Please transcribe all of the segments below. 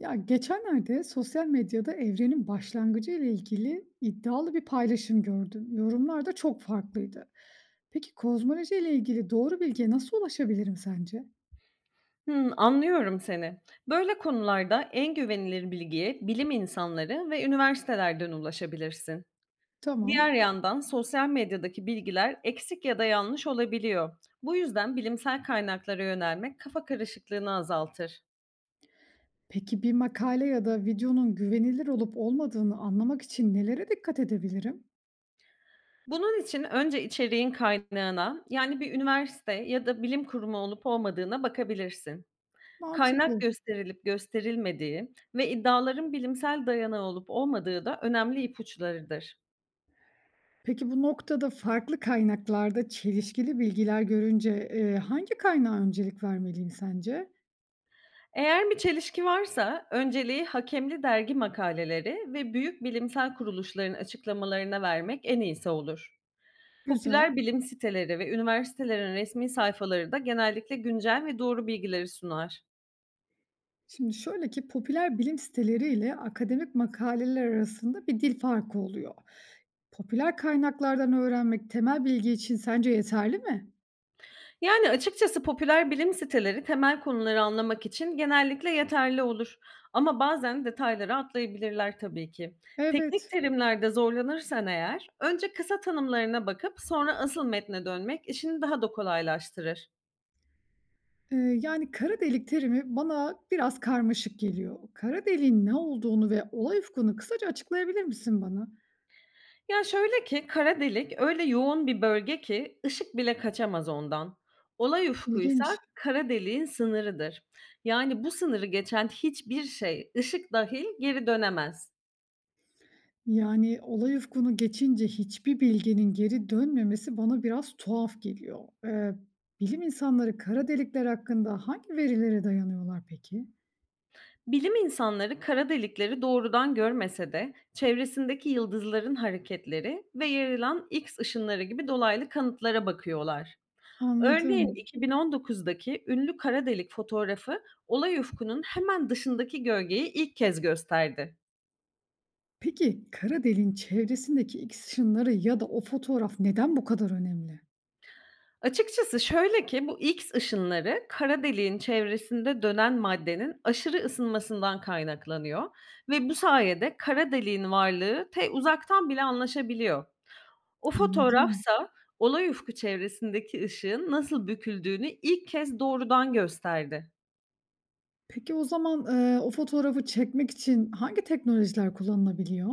Ya geçenlerde sosyal medyada evrenin başlangıcı ile ilgili iddialı bir paylaşım gördüm. Yorumlar da çok farklıydı. Peki kozmoloji ile ilgili doğru bilgiye nasıl ulaşabilirim sence? Hımm, anlıyorum seni. Böyle konularda en güvenilir bilgiye bilim insanları ve üniversitelerden ulaşabilirsin. Tamam. Diğer yandan sosyal medyadaki bilgiler eksik ya da yanlış olabiliyor. Bu yüzden bilimsel kaynaklara yönelmek kafa karışıklığını azaltır. Peki bir makale ya da videonun güvenilir olup olmadığını anlamak için nelere dikkat edebilirim? Bunun için önce içeriğin kaynağına, yani bir üniversite ya da bilim kurumu olup olmadığına bakabilirsin. Kaynak Mantıklı. gösterilip gösterilmediği ve iddiaların bilimsel dayanağı olup olmadığı da önemli ipuçlarıdır. Peki bu noktada farklı kaynaklarda çelişkili bilgiler görünce hangi kaynağa öncelik vermeliyim sence? Eğer bir çelişki varsa önceliği hakemli dergi makaleleri ve büyük bilimsel kuruluşların açıklamalarına vermek en iyisi olur. Güzel. Popüler bilim siteleri ve üniversitelerin resmi sayfaları da genellikle güncel ve doğru bilgileri sunar. Şimdi şöyle ki popüler bilim siteleri ile akademik makaleler arasında bir dil farkı oluyor. Popüler kaynaklardan öğrenmek temel bilgi için sence yeterli mi? Yani açıkçası popüler bilim siteleri temel konuları anlamak için genellikle yeterli olur. Ama bazen detayları atlayabilirler tabii ki. Teknik Evet. terimlerde zorlanırsan eğer, önce kısa tanımlarına bakıp sonra asıl metne dönmek işini daha da kolaylaştırır. Yani kara delik terimi bana biraz karmaşık geliyor. Kara deliğin ne olduğunu ve olay ufkunu kısaca açıklayabilir misin bana? Ya, şöyle ki, kara delik öyle yoğun bir bölge ki ışık bile kaçamaz ondan. Olay ufkuysa İlginç. kara deliğin sınırıdır. Yani bu sınırı geçen hiçbir şey, ışık dahil geri dönemez. Yani olay ufkunu geçince hiçbir bilginin geri dönmemesi bana biraz tuhaf geliyor. Ee, bilim insanları kara delikler hakkında hangi verilere dayanıyorlar peki? Bilim insanları kara delikleri doğrudan görmese de çevresindeki yıldızların hareketleri ve yayılan X ışınları gibi dolaylı kanıtlara bakıyorlar. Örneğin Anladım. 2019'daki ünlü kara delik fotoğrafı olay ufkunun hemen dışındaki gölgeyi ilk kez gösterdi. Peki, kara deliğin çevresindeki X ışınları ya da o fotoğraf neden bu kadar önemli? Açıkçası şöyle ki, bu X ışınları kara deliğin çevresinde dönen maddenin aşırı ısınmasından kaynaklanıyor ve bu sayede kara deliğin varlığı uzaktan bile anlaşabiliyor. O Anladım. fotoğrafsa olay ufku çevresindeki ışığın nasıl büküldüğünü ilk kez doğrudan gösterdi. Peki o zaman, o fotoğrafı çekmek için hangi teknolojiler kullanılabiliyor?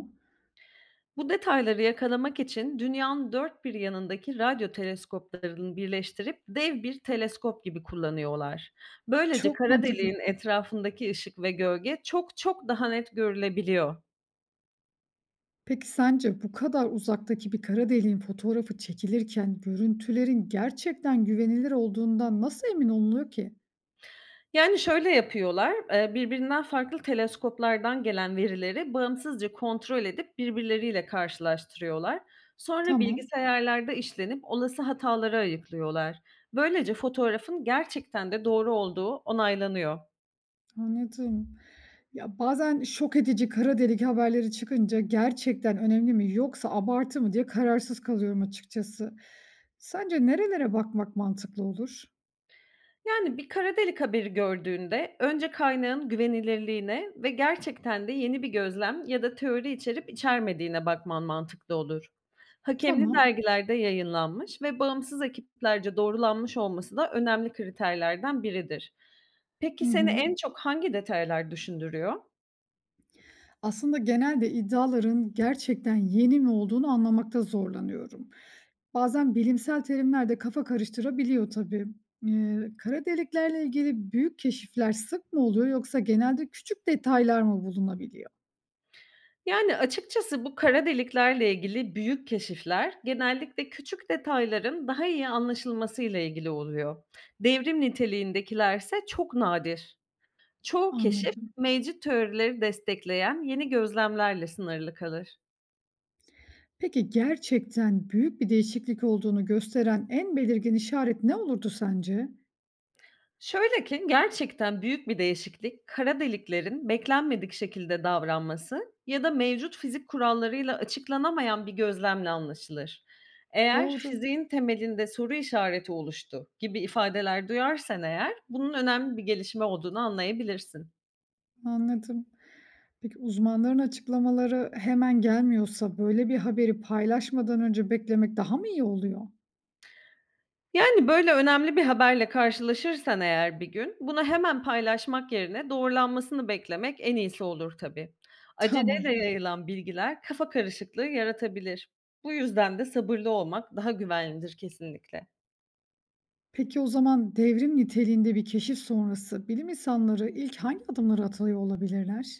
Bu detayları yakalamak için dünyanın dört bir yanındaki radyo teleskoplarını birleştirip dev bir teleskop gibi kullanıyorlar. Böylece Çok kara mantıklı. deliğin etrafındaki ışık ve gölge çok çok daha net görülebiliyor. Peki sence bu kadar uzaktaki bir kara deliğin fotoğrafı çekilirken görüntülerin gerçekten güvenilir olduğundan nasıl emin olunuyor ki? Yani şöyle yapıyorlar, birbirinden farklı teleskoplardan gelen verileri bağımsızca kontrol edip birbirleriyle karşılaştırıyorlar. Sonra Tamam, bilgisayarlarda işlenip olası hataları ayıklıyorlar. Böylece fotoğrafın gerçekten de doğru olduğu onaylanıyor. anladım. Ya, bazen şok edici kara delik haberleri çıkınca gerçekten önemli mi yoksa abartı mı diye kararsız kalıyorum açıkçası. Sence nerelere bakmak mantıklı olur? Yani bir kara delik haberi gördüğünde önce kaynağın güvenilirliğine ve gerçekten de yeni bir gözlem ya da teori içerip içermediğine bakman mantıklı olur. Hakemli Tamam. dergilerde yayınlanmış ve bağımsız ekiplerce doğrulanmış olması da önemli kriterlerden biridir. Hı Peki seni hı. en çok hangi detaylar düşündürüyor? Aslında genelde iddiaların gerçekten yeni mi olduğunu anlamakta zorlanıyorum. Bazen bilimsel terimler de kafa karıştırabiliyor tabii. Kara deliklerle ilgili büyük keşifler sık mı oluyor yoksa genelde küçük detaylar mı bulunabiliyor? Yani, açıkçası bu kara deliklerle ilgili büyük keşifler genellikle küçük detayların daha iyi anlaşılmasıyla ilgili oluyor. Devrim niteliğindekilerse çok nadir. Çoğu keşif Anladım. mevcut teorileri destekleyen yeni gözlemlerle sınırlı kalır. Peki gerçekten büyük bir değişiklik olduğunu gösteren en belirgin işaret ne olurdu sence? Şöyle ki, gerçekten büyük bir değişiklik, kara deliklerin beklenmedik şekilde davranması ya da mevcut fizik kurallarıyla açıklanamayan bir gözlemle anlaşılır. Eğer Doğru, fiziğin temelinde soru işareti oluştu gibi ifadeler duyarsan eğer, bunun önemli bir gelişme olduğunu anlayabilirsin. anladım. Peki uzmanların açıklamaları hemen gelmiyorsa böyle bir haberi paylaşmadan önce beklemek daha mı iyi oluyor? Yani, böyle önemli bir haberle karşılaşırsan eğer bir gün, bunu hemen paylaşmak yerine doğrulanmasını beklemek en iyisi olur tabii. Aceleyle Tamam. yayılan bilgiler kafa karışıklığı yaratabilir. Bu yüzden de sabırlı olmak daha güvenlidir kesinlikle. Peki o zaman devrim niteliğinde bir keşif sonrası bilim insanları ilk hangi adımları atıyor olabilirler?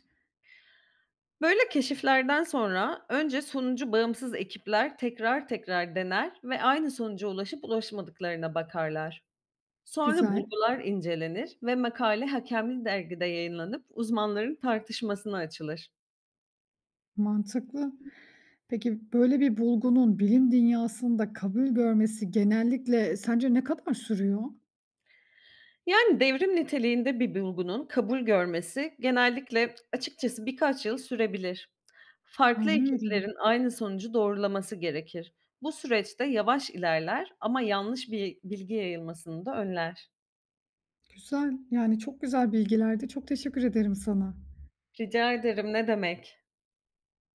Böyle keşiflerden sonra önce sonucu bağımsız ekipler tekrar tekrar dener ve aynı sonuca ulaşıp ulaşmadıklarına bakarlar. Sonra Güzel, bulgular incelenir ve makale hakemli dergide yayınlanıp uzmanların tartışmasına açılır. mantıklı. Peki böyle bir bulgunun bilim dünyasında kabul görmesi genellikle sence ne kadar sürüyor? Yani, devrim niteliğinde bir bulgunun kabul görmesi genellikle açıkçası birkaç yıl sürebilir. Farklı Anlıyorum. ekiplerin aynı sonucu doğrulaması gerekir. Bu süreçte yavaş ilerler ama yanlış bir bilgi yayılmasını da önler. Güzel, yani çok güzel bilgilerdi. Çok teşekkür ederim sana. Rica ederim, ne demek.